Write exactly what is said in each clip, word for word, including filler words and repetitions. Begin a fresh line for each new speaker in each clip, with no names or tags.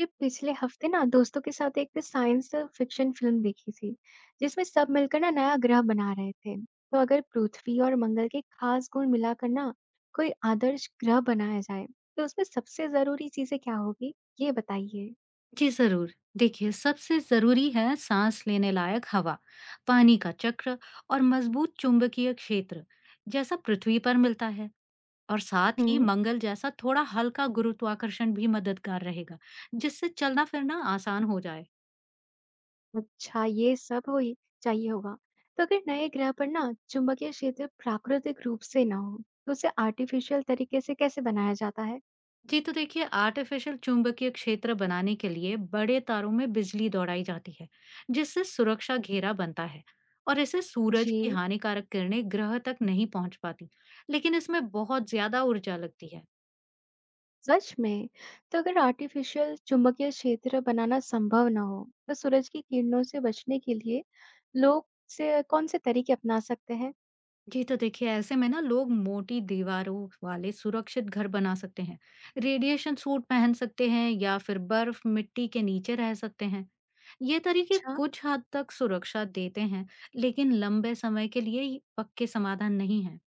ये पिछले हफ्ते ना दोस्तों के साथ एक साइंस फिक्शन फिल्म देखी थी, जिसमें सब मिलकर ना नया ग्रह बना रहे थे। तो अगर पृथ्वी और मंगल के खास गुण मिलाकर ना कोई आदर्श ग्रह बनाया जाए, तो उसमें सबसे जरूरी चीजें क्या होगी, ये बताइए।
जी जरूर। देखिए, सबसे जरूरी है सांस लेने लायक हवा, पानी का चक्र और मजबूत चुंबकीय क्षेत्र, जैसा पृथ्वी पर मिलता है। और साथ ही
हम्म।
मंगल जैसा थोड़ा हल्का गुरुत्वाकर्षण भी मददगार रहेगा, जिससे चलना फिरना आसान हो जाए।
अच्छा, ये सब हो चाहिए होगा। तो अगर नए ग्रह पर ना चुंबकीय क्षेत्र प्राकृतिक रूप से ना हो, तो उसे आर्टिफिशियल तरीके से कैसे बनाया जाता है?
जी तो देखिए, आर्टिफिशियल चुंबकीय क्षेत्र बनाने के लिए बड़े तारों में बिजली दौड़ाई जाती है, जिससे सुरक्षा घेरा बनता है। और इसे सूरज
जी।
की हानिकारक किरणें ग्रह तक नहीं पहुंच पाती। लेकिन इसमें बहुत ज्यादा ऊर्जा लगती है।
सच में? तो अगर आर्टिफिशियल चुंबकीय क्षेत्र बनाना संभव ना हो, तो सूरज की किरणों से बचने के लिए लोग से कौन से तरीके अपना सकते हैं?
जी तो देखिए, ऐसे में ना लोग मोटी दीवारों वाले सुरक्षित घर बना सकते हैं, रेडिएशन सूट पहन सकते हैं या फिर बर्फ मिट्टी के नीचे रह सकते हैं। ये तरीके
अच्छा।
कुछ हद तक सुरक्षा देते हैं, लेकिन लंबे समय के लिए ये पक्के समाधान नहीं है।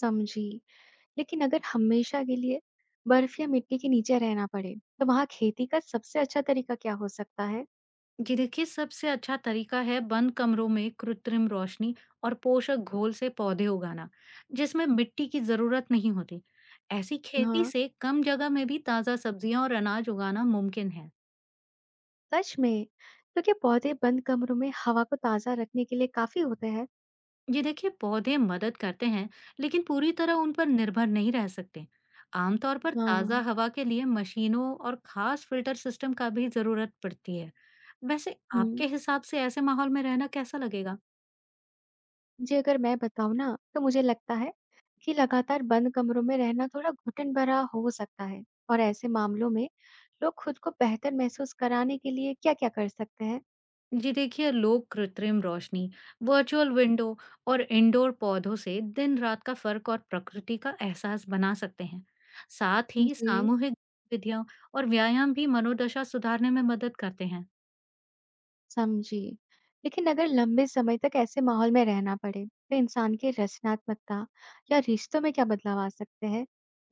समझी। लेकिन अगर हमेशा के लिए बर्फ या मिट्टी के नीचे रहना पड़े, तो वहाँ खेती का सबसे अच्छा तरीका क्या हो सकता है?
जी देखिए, सबसे अच्छा तरीका है बंद कमरों में कृत्रिम रोशनी और पोषक घोल से पौधे उगाना, जिसमें मिट्टी की जरूरत नहीं होती। ऐसी खेती
हाँ।
से कम जगह में भी ताजा सब्जियां और अनाज उगाना मुमकिन है।
सच में? तो क्या पौधे बंद कमरों में हवा को ताजा रखने के लिए काफी होते हैं?
ये देखिए, पौधे मदद करते हैं, लेकिन पूरी तरह उन पर निर्भर नहीं रह सकते। आमतौर पर ताजा
हाँ।
हवा के लिए मशीनों और खास फिल्टर सिस्टम का भी जरूरत पड़ती है। वैसे
हम्म।
आपके हिसाब से ऐसे माहौल में रहना कैसा लगेगा?
जी, अगर मैं बताऊँ ना, तो मुझे लगता है कि लगातार बंद कमरों में रहना थोड़ा घुटन भरा हो सकता है। और ऐसे मामलों में लोग खुद को बेहतर महसूस कराने के लिए क्या-क्या कर सकते हैं?
जी देखिए, लोग कृत्रिम रोशनी, वर्चुअल विंडो और इंडोर पौधों से दिन रात का फर्क और प्रकृति का एहसास बना सकते हैं। साथ ही
जी।
सामूहिक विधियां और व्यायाम भी मनोदशा सुधारने में मदद करते हैं।
समझी। लेकिन अगर लंबे समय तक ऐसे माहौल में रहना पड़े, तो इंसान की रचनात्मकता या रिश्तों में क्या बदलाव आ सकते हैं?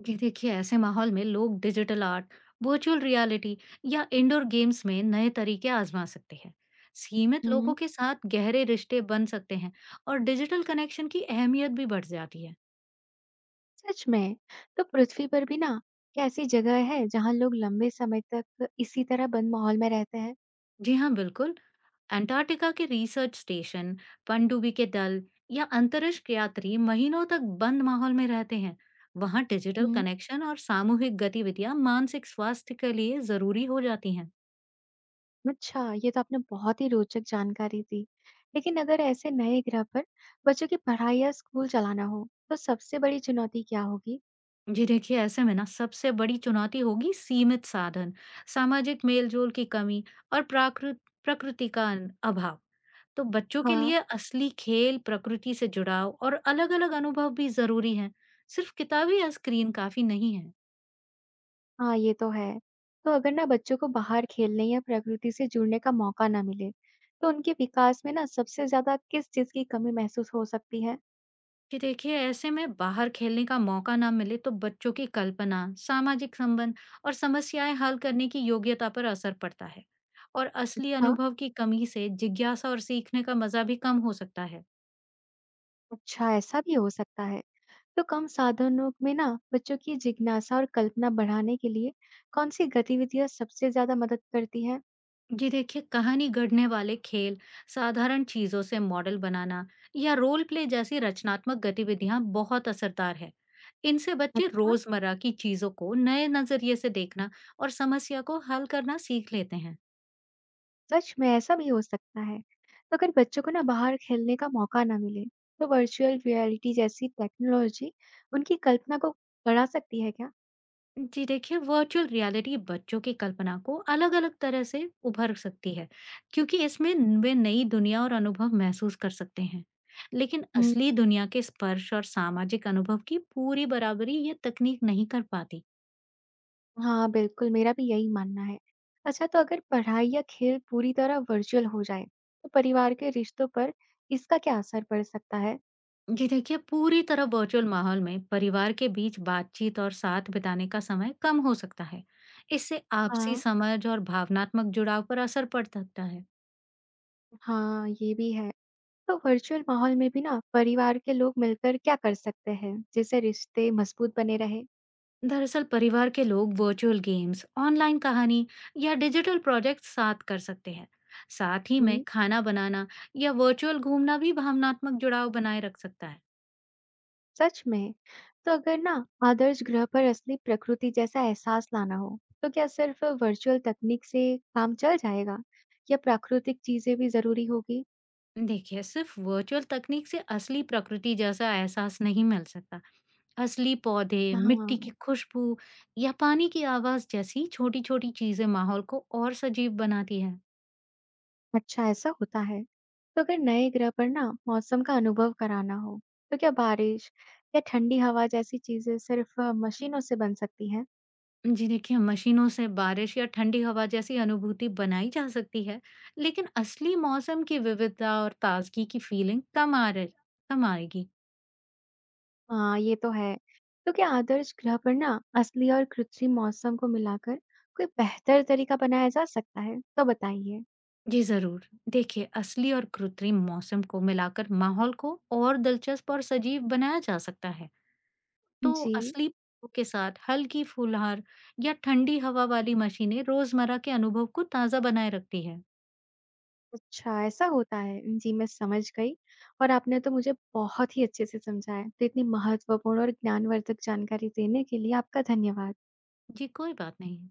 ये देखिए, ऐसे माहौल में लोग डिजिटल आर्ट, वर्चुअल रियलिटी या इंडोर गेम्स में नए तरीके आजमा सकते हैं। सीमित
हुँ।
लोगों के साथ गहरे रिश्ते बन सकते हैं और डिजिटल कनेक्शन की अहमियत भी बढ़ जाती है।
सच में, तो पृथ्वी पर भी ना, क्या ऐसी जगह है जहाँ लोग लंबे समय तक इसी तरह बंद माहौल में रहते हैं?
जी हाँ, बिल्कुल। अंटार्कटिका के रिसर्च स्टेशन, पनडुब्बी के दल या अंतरिक्ष यात्री महीनों तक बंद माहौल में रहते हैं। वहाँ डिजिटल
हुँ।
कनेक्शन और सामूहिक गतिविधियां मानसिक स्वास्थ्य के लिए जरूरी हो जाती हैं।
अच्छा, ये तो आपने बहुत ही रोचक जानकारी दी। लेकिन अगर ऐसे नए ग्रह पर बच्चों की पढ़ाई या स्कूल चलाना हो, तो सबसे बड़ी चुनौती क्या होगी?
जी देखिए, ऐसे में ना सबसे बड़ी चुनौती होगी सीमित साधन, सामाजिक मेलजोल की कमी और प्राकृत प्रकृति का अन- अभाव। तो बच्चों के
हाँ,
लिए असली खेल, प्रकृति से जुड़ाव और अलग अलग अनुभव भी जरूरी है। सिर्फ किताबी या स्क्रीन काफी नहीं है।
हाँ, ये तो है। तो अगर ना बच्चों को बाहर खेलने या प्रकृति से जुड़ने का मौका ना मिले, तो उनके विकास में ना सबसे ज्यादा किस चीज की कमी महसूस हो सकती है?
कि देखिए, ऐसे में बाहर खेलने का मौका ना मिले तो बच्चों की कल्पना, सामाजिक संबंध और समस्याएं हल करने की योग्यता पर असर पड़ता है। और असली
हाँ,
अनुभव की कमी से जिज्ञासा और सीखने का मजा भी कम हो सकता है।
अच्छा, ऐसा भी हो सकता है। तो कम साधनों में ना बच्चों की जिज्ञासा और कल्पना बढ़ाने के लिए कौन सी गतिविधियां सबसे ज्यादा मदद करती है?
जी देखिए, कहानी गढ़ने वाले खेल, साधारण चीजों से मॉडल बनाना या रोल प्ले जैसी रचनात्मक गतिविधियां बहुत असरदार है। इनसे बच्चे
अच्छा।
रोजमर्रा की चीजों को नए नजरिए से देखना और समस्या को हल करना सीख लेते हैं।
सच में ऐसा भी हो सकता है। तो अगर बच्चों को ना बाहर खेलने का मौका ना मिले, तो वर्चुअल रियलिटी जैसी टेक्नोलॉजी उनकी कल्पना को बढ़ा सकती है क्या?
जी देखिए, वर्चुअल रियलिटी बच्चों की कल्पना को अलग अलग तरह से उभर सकती है, क्योंकि इसमें न- वे नई दुनिया और अनुभव महसूस कर सकते हैं। लेकिन
हम्म,
असली दुनिया के स्पर्श और सामाजिक अनुभव की पूरी बराबरी ये तकनीक नहीं कर पाती।
हाँ, बिल्कुल मेरा भी यही मानना है। अच्छा, तो अगर पढ़ाई या खेल पूरी तरह वर्चुअल हो जाए, तो परिवार के रिश्तों पर इसका क्या असर पड़ सकता है?
जी देखिए, पूरी तरह वर्चुअल माहौल में परिवार के बीच बातचीत और साथ बिताने का समय कम हो सकता है। इससे आपसी
हाँ,
समझ और भावनात्मक जुड़ाव पर असर पड़ सकता है।
हाँ ये भी है। तो वर्चुअल माहौल में भी ना परिवार के लोग मिलकर क्या कर सकते हैं, जिससे रिश्ते मजबूत बने रहे?
दरअसल परिवार के लोग वर्चुअल गेम्स, ऑनलाइन कहानी या डिजिटल प्रोजेक्ट साथ कर सकते हैं। साथ ही में खाना बनाना या वर्चुअल घूमना भी भावनात्मक जुड़ाव बनाए रख सकता है।
सच में। तो अगर ना आदर्श ग्रह पर असली प्रकृति जैसा एहसास लाना हो, तो क्या सिर्फ वर्चुअल तकनीक से काम चल जाएगा, या प्राकृतिक चीजें भी जरूरी होगी?
देखिए, सिर्फ वर्चुअल तकनीक से असली प्रकृति जैसा एहसास नहीं मिल सकता। असली पौधे, मिट्टी की
हाँ।
खुशबू या पानी की आवाज जैसी छोटी छोटी चीजें माहौल को और सजीव बनाती है।
अच्छा, ऐसा होता है। तो अगर नए ग्रह पर ना मौसम का अनुभव कराना हो, तो क्या बारिश या ठंडी हवा जैसी चीजें सिर्फ अ, मशीनों से बन सकती हैं?
जी देखिए, मशीनों से बारिश या ठंडी हवा जैसी अनुभूति बनाई जा सकती है, लेकिन असली मौसम की विविधता और ताजगी की फीलिंग कम आ रही कम आएगी।
हाँ, ये तो है। तो क्या आदर्श ग्रह पर ना असली और कृत्रिम मौसम को मिलाकर कोई बेहतर तरीका बनाया जा सकता है, तो बताइए।
जी ज़रूर। देखिए, असली और कृत्रिम मौसम को मिलाकर माहौल को और दिलचस्प और सजीव बनाया जा सकता है। तो
जी।
असली पौधों के साथ हल्की फूलहार या ठंडी हवा वाली मशीनें रोजमर्रा के अनुभव को ताज़ा बनाए रखती है।
अच्छा, ऐसा होता है। जी, मैं समझ गई। और आपने तो मुझे बहुत ही अच्छे से समझाया। तो इतनी महत्वपूर्ण और ज्ञानवर्धक जानकारी देने के लिए आपका धन्यवाद।
जी, कोई बात नहीं।